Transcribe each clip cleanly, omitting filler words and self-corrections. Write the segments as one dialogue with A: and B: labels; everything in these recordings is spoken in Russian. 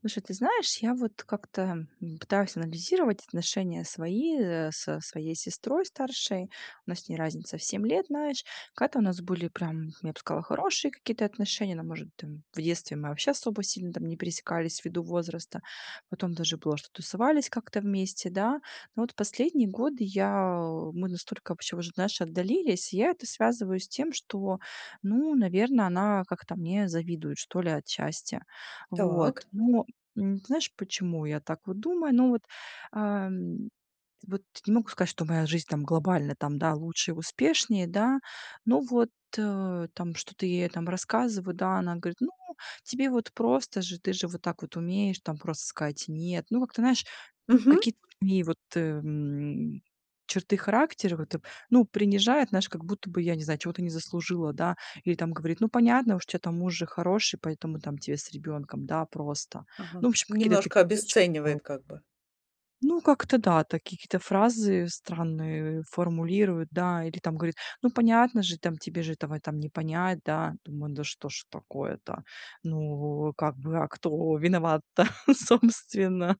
A: Слушай, ты знаешь, я вот как-то пытаюсь анализировать отношения свои со своей сестрой старшей. У нас с ней разница в 7 лет, знаешь. Когда-то у нас были прям, я бы сказала, хорошие какие-то отношения. Но, может, там, в детстве мы вообще особо сильно там не пересекались ввиду возраста. Потом даже было, что тусовались как-то вместе, да. Но вот последние годы мы настолько вообще уже, знаешь, отдалились. И я это связываю с тем, что, ну, наверное, она как-то мне завидует, что ли, отчасти. Вот.
B: Так.
A: Ну, ты знаешь, почему я так вот думаю? Ну вот, ам, вот не могу сказать, что моя жизнь там глобально там, да, лучше и успешнее, да. Но вот, там что-то я ей там рассказываю, да, она говорит: "Ну, тебе вот просто же, ты же вот так вот умеешь там просто сказать нет". Ну, как-то, знаешь,
B: Мгм.
A: какие-то вот в ней вот, черты характера, вот, ну, принижает, знаешь, как будто бы, я не знаю, чего-то не заслужила, да, или там говорит: "Ну, понятно, уж у тя там муж же хороший, поэтому там тебе с ребенком, да, просто".
B: Ага.
A: Ну, в общем, какие-то
B: Немножко
A: такие вещи. э,
B: обесценивает как бы.
A: Ну, как-то да, такие какие-то фразы странные формулируют да, или там говорит: "Ну, понятно же, там тебе же этого там не понять, да". Думаю: "Да что ж такое-то? Ну, как бы, а кто виноват-то, собственно?"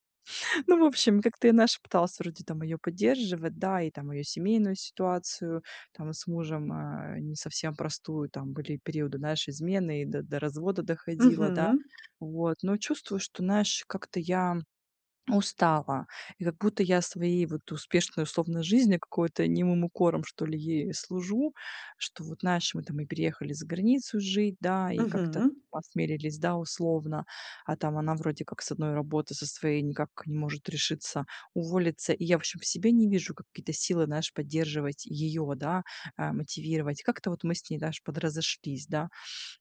A: Ну, в общем, как-то я нашептался вроде там ее поддерживать, да, и там ее семейную ситуацию, там с мужем, не совсем простую, там были периоды, знаешь, измены, и до развода доходило, да.
B: Мгм.
A: Вот, но чувствую, что, знаешь, как-то я устала. И как будто я своей вот успешной условной жизни какой-то немым укором, что ли, ей служу, что вот, знаешь, мы там и переехали за границу жить, да, и как-то
B: Мгм.
A: осмелились, да, условно, а там она вроде как с одной работы, со своей никак не может решиться уволиться. И я, в общем, в себе не вижу как какие-то силы, знаешь, поддерживать ее, да, мотивировать. Как-то вот мы с ней, знаешь, подразошлись, да.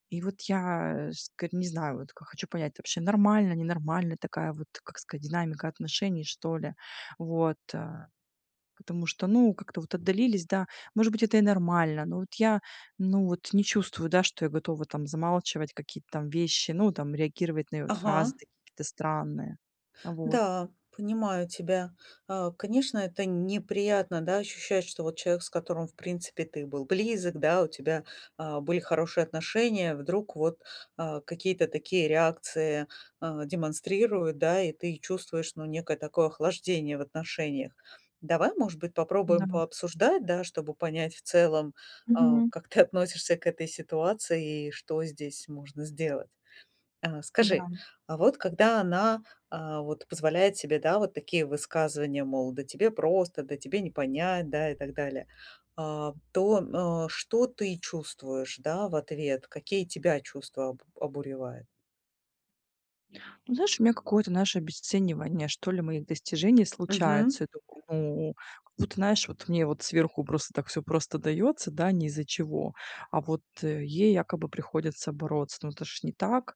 A: И вот я, э, с ка не знаю, вот к хочу понять, вообще нормально, ненормально такая вот, как сказать, динамика отношений, что ли. Вот, потому что, ну, как-то вот отдалились, да. Может быть, это и нормально, но вот я, ну, вот не чувствую, да, что я готова там замалчивать какие-то там вещи, ну, там реагировать на её вот фразы
B: Ага.
A: такие какие-то странные. Вот.
B: Да, понимаю тебя. Конечно, это неприятно, да, ощущать, что вот человек, с которым, в принципе, ты был близок, да, у тебя были хорошие отношения, вдруг вот какие-то такие реакции демонстрируют, да, и ты чувствуешь, ну, некое такое охлаждение в отношениях. Давай, может быть,
A: Да.
B: попробуем пообсуждать, да, чтобы понять в целом,
A: Мгм.
B: как ты относишься к этой ситуации и что здесь можно сделать.
A: Да.
B: Скажи, а вот когда она, вот позволяет себе, да, вот такие высказывания, мол, да тебе просто, да тебе не понять, да, и так далее, то, что ты чувствуешь, да, в ответ? Какие тебя чувства обуревают?
A: Ну, знаешь, у меня какое-то наше обесценивание, что ли, моих достижений
B: Угу,
A: случается. Я думаю, ну, как будто, знаешь, вот мне вот сверху просто так все просто дается, да, ни из-за чего. А вот ей якобы приходится бороться. Ну, это ж не так.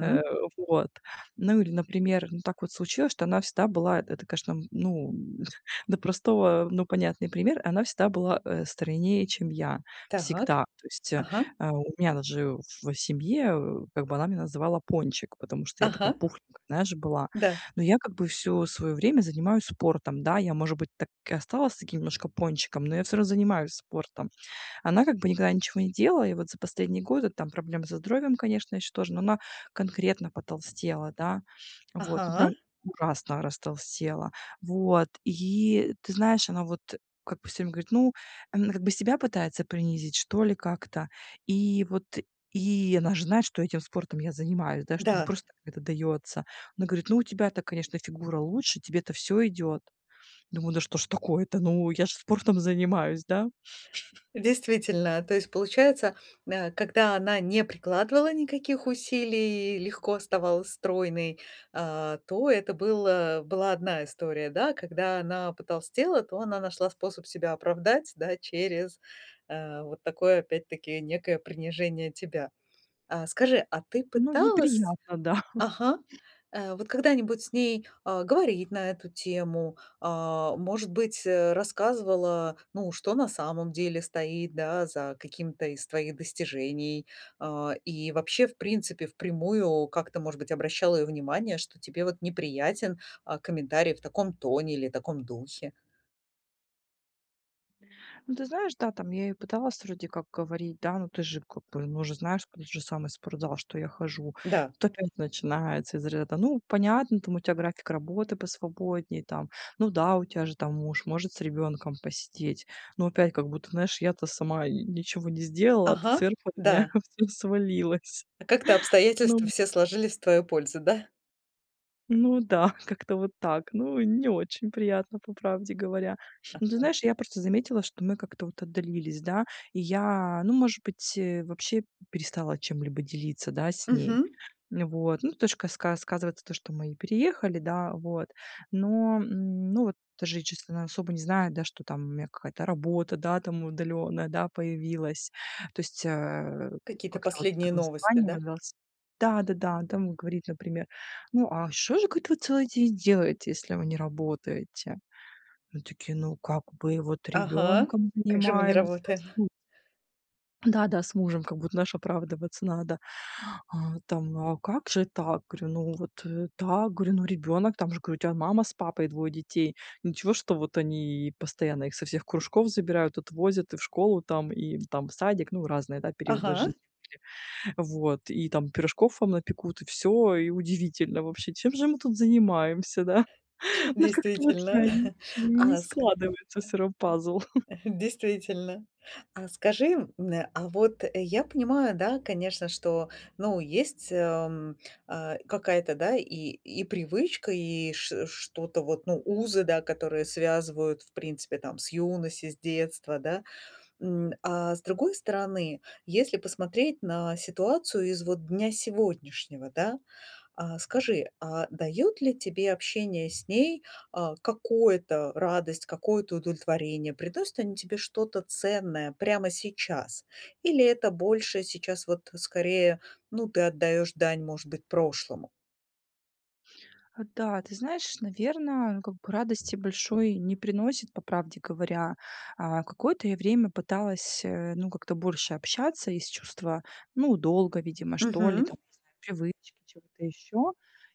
A: Э, вот. Ну или, например, ну так вот случилось, что она всегда была, это, конечно, ну, до простого, ну, понятный пример, она всегда была, стройнее, чем я.
B: так.
A: Всегда. То есть,
B: Ага.
A: у меня даже в семье, как бы она меня называла "пончик", потому что я такая
B: Ага.
A: пухленькая, знаешь, была.
B: Да.
A: Но я как бы все свое время занимаюсь спортом. Да, я, может быть, так и осталась таким немножко пончиком, но я все равно занимаюсь спортом. Она как бы никогда ничего не делала. И вот за последние годы там проблемы со здоровьем, конечно, еще тоже, но она конкретно потолстела, да. Вот, ну
B: Ага.
A: прям ужасно растолстела. Вот, и ты знаешь, она вот как бы все время говорит: "Ну" она как бы себя пытается принизить, что ли, как-то. И вот и она же знает, что этим спортом я занимаюсь, да, что не
B: Да.
A: просто так это дается. Она говорит: "Ну, у тебя-то, конечно, фигура лучше, тебе-то все идет". Думаю: "Да что ж такое-то? Ну, я же спортом занимаюсь, да".
B: Действительно, то есть получается, когда она не прикладывала никаких усилий и легко оставалась стройной, то это было была одна история, да. Когда она потолстела, то она нашла способ себя оправдать, да, через, вот такое опять-таки некое принижение тебя. А скажи, а ты
A: Ну,
B: пыталась.
A: неприятно, да.
B: Ага. Вот когда-нибудь с ней, говорить на эту тему, может быть, рассказывала, ну, что на самом деле стоит, да, за каким-то из твоих достижений, и вообще, в принципе, впрямую как-то, может быть, обращала ее внимание, что тебе вот неприятен, комментарий в таком тоне или таком духе.
A: Ну, ты знаешь, да, там я и пыталась вроде как говорить, да, ну ты же как бы, ну уже знаешь, тот же самый из спортзал, что я хожу.
B: Да.
A: Вот опять начинается из ряда, ну, понятно, там у тебя график работы посвободнее, там, ну да, у тебя же там муж может с ребенком посидеть. Но опять как будто, знаешь, я-то сама ничего не сделала, а тут
B: Ага.
A: сверху на
B: Да.
A: меня все свалилось.
B: А как-то обстоятельства
A: Ну,
B: все сложились в твою пользу, да?
A: Ну да, как-то вот так. Ну, не очень приятно, по правде говоря. Ну, ты знаешь, я просто заметила, что мы как-то вот отдалились, да, и я, ну, может быть, вообще перестала чем-либо делиться, да, с ней.
B: Мгм.
A: Ну вот. Ну, точка сказывается то, что мы и переехали, да, вот. Но, ну, вот даже если она особо не знает, да, что там у меня какая-то работа, да, там удаленная, да, появилась. То есть
B: Какие-то
A: как-то вот
B: последние
A: когда мы
B: новости, да?
A: созванивались, да, да, да, там говорит, например, ну, а что же, говорит, вы целый день делаете, если вы не работаете? Мы такие, ну, как бы вот
B: Ага.
A: ребенком
B: Как же мы не
A: занимаемся.
B: работаем.
A: С Да-да, с мужем, как будто наш оправдываться надо. А, там, ну, а как же так? Говорю, ну вот, так, говорю, ну ребенок, там же, говорю, у тебя мама с папой, двое детей. Ничего, что вот они постоянно их со всех кружков забирают, отвозят и в школу там, и там в садик, ну, разные, да, периоды
B: Ага,
A: жизни. Вот, и там пирожков вам напекут, и все. И удивительно вообще: "Чем же мы тут занимаемся, да?" Но как-то вот
B: действительно.
A: я не не
B: А, ск
A: складывается всё равно пазл.
B: действительно. А скажи, а вот, я понимаю, да, конечно, что, ну, есть, какая-то, да, и привычка, и ш что-то вот, ну, узы, да, которые связывают, в принципе, там, с юности, с детства, да. А с другой стороны, если посмотреть на ситуацию из вот дня сегодняшнего, да, скажи, а даёт ли тебе общение с ней, какое-то радость, какое-то удовлетворение? Приносят они тебе что-то ценное прямо сейчас? Или это больше сейчас вот скорее, ну, ты отдаешь дань, может быть, прошлому?
A: А, да, ты знаешь, наверное, как бы радости большой не приносит, по правде говоря. А, какое-то я время пыталась, ну, как-то больше общаться из чувства, ну, долго, видимо, что ли,
B: Мгм.
A: там, не знаю, привычки, чего-то еще.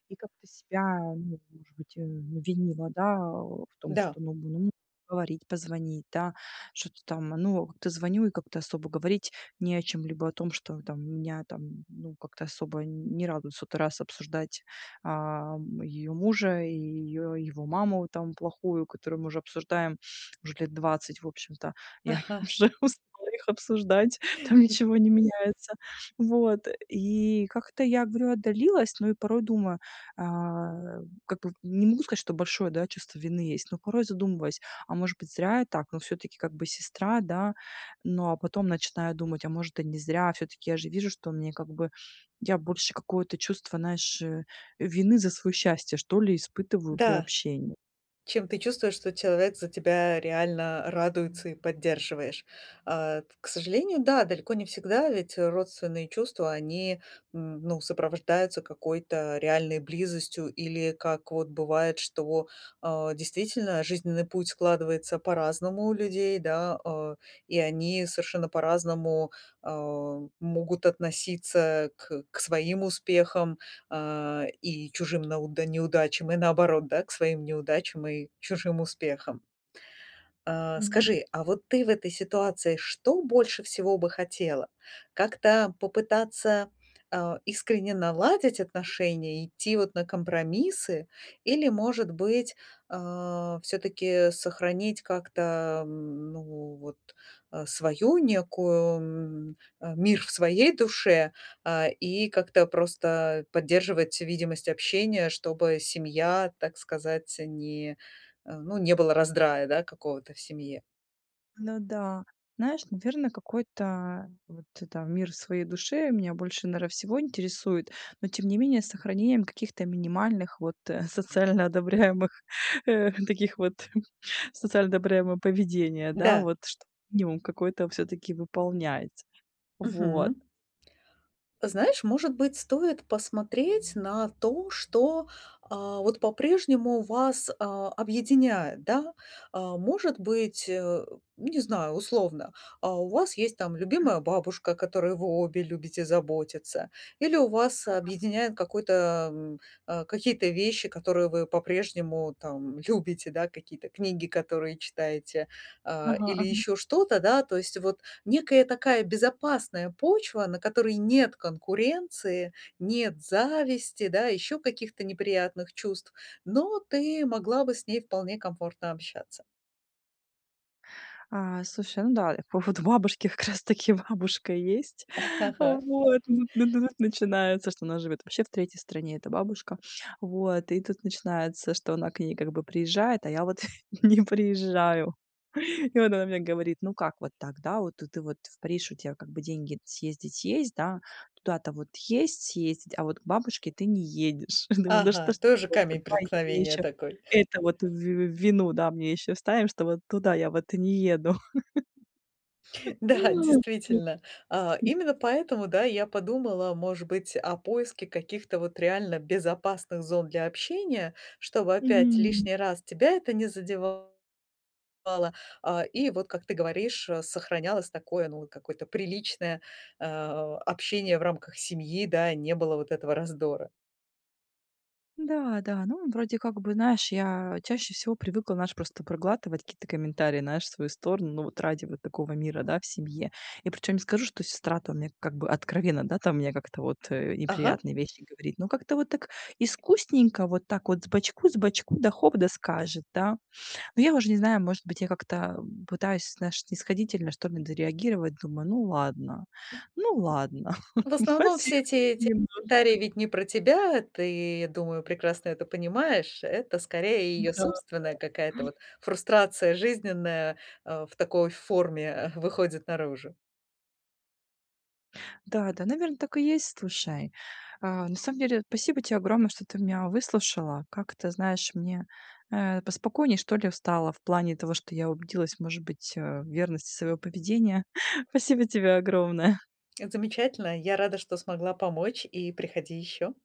A: И как-то себя, ну, может быть, винила, да, в том,
B: Да.
A: что, ну, говорить, позвонить, да, что-то там, ну, как-то звоню и как-то особо говорить не о чем, либо о том, что там меня там, ну, как-то особо не радует сотый раз обсуждать а, ее мужа и ее его маму там плохую, которую мы уже обсуждаем уже лет 20, в общем-то. Я
B: Ага.
A: уже устала их обсуждать, там ничего не меняется. Вот, и как-то я, говорю, отдалилась, но и порой думаю, а, как бы не могу сказать, что большое, да, чувство вины есть, но порой задумываюсь, а может быть, зря я так, но все таки как бы сестра, да. Но а потом начинаю думать, а может, и не зря, все таки я же вижу, что мне как бы я больше какое-то чувство, знаешь, вины за свое счастье, что ли, испытываю при
B: Да.
A: общении.
B: Чем ты чувствуешь, что человек за тебя реально радуется и поддерживаешь. К сожалению, да, далеко не всегда, ведь, родственные чувства, они, ну, сопровождаются какой-то реальной близостью, или как вот бывает, что, действительно жизненный путь складывается по-разному у людей, да, и они совершенно по-разному, могут относиться к своим успехам, и чужим нау да, неудачам, и наоборот, да, к своим неудачам и чужим успехам.
A: Мгм.
B: Скажи, а вот ты в этой ситуации что больше всего бы хотела? Как-то попытаться, искренне наладить отношения, идти вот на компромиссы? Или, может быть, все таки сохранить как-то, ну вот, свою некую, мир в своей душе, и как-то просто поддерживать видимость общения, чтобы семья, так сказать, не ну, не было раздрая, да, какого-то в семье.
A: Ну да. Знаешь, наверное, какой-то вот это мир своей души меня больше, наверное, всего интересует, но тем не менее с сохранением каких-то минимальных вот социально одобряемых таких вот социально одобряемого поведения, да,
B: Да.
A: вот что минимум какой-то все-таки выполнять. Вот.
B: Мгм. Знаешь, может быть, стоит посмотреть на то, что, вот по-прежнему вас, объединяет, да? Может быть, не знаю, условно, у вас есть там любимая бабушка, о которой вы обе любите заботиться, или у вас объединяет какой-то, какие-то вещи, которые вы по-прежнему там любите, да, какие-то книги, которые читаете, или
A: Ага.
B: еще что-то, да. То есть вот, некая такая безопасная почва, на которой нет конкуренции, нет зависти, да, еще каких-то неприятных чувств, но ты могла бы с ней вполне комфортно общаться.
A: А, слушай, ну да, по поводу бабушки, как раз таки бабушка и есть.
B: Ага.
A: Вот, ну тут начинается, что она живет вообще в третьей стране, это бабушка. Вот, и тут начинается, что она к ней как бы приезжает, а я вот не приезжаю. И вот она мне говорит: "Ну как вот так, да? Вот ты вот в Париж, у тебя как бы деньги съездить есть, да, туда-то вот есть съездить, а вот к бабушке ты не едешь". Думаю, да
B: Ага,
A: что ж
B: тоже
A: такое-то,
B: камень
A: давайте мне
B: преткновения
A: еще
B: такой.
A: это вот в вину, да, мне еще вставим, что вот туда я вот и не еду.
B: Да,
A: М, есть.
B: действительно. Именно поэтому, да, я подумала, может быть, о поиске каких-то вот реально безопасных зон для общения, чтобы опять
A: Мгм.
B: лишний раз тебя это не задевало. Бывало. И вот, как ты говоришь, сохранялось такое, ну, вот какое-то приличное, общение в рамках семьи, да, не было вот этого раздора.
A: Да, да. Ну, вроде как бы, знаешь, я чаще всего привыкла, знаешь, просто проглатывать какие-то комментарии, знаешь, в свою сторону, ну, вот ради вот такого мира, да, в семье. И причем не скажу, что сестра-то мне как бы откровенно, да, там мне как-то вот
B: Ага.
A: неприятные вещи говорит, но как-то вот так искусненько, вот так вот с бочку, да хоп, да скажет, да. Но я уже не знаю, может быть, я как-то пытаюсь, знаешь, снисходительно, что ли, зареагировать, думаю, ну, ладно,
B: В основном все эти
A: потерпим,
B: комментарии ведь не про тебя, ты, я думаю, прекрасно это понимаешь. Это скорее
A: ну,
B: ее
A: да.
B: собственная какая-то вот фрустрация жизненная, в такой форме, выходит наружу.
A: Да, да, наверное, так и есть, слушай. А, на самом деле, спасибо тебе огромное, что ты меня выслушала. Как-то, знаешь, мне, поспокойнее, что ли, стало в плане того, что я убедилась, может быть, в верности своего поведения. Спасибо тебе огромное.
B: Это замечательно. Я рада, что смогла помочь, и приходи еще.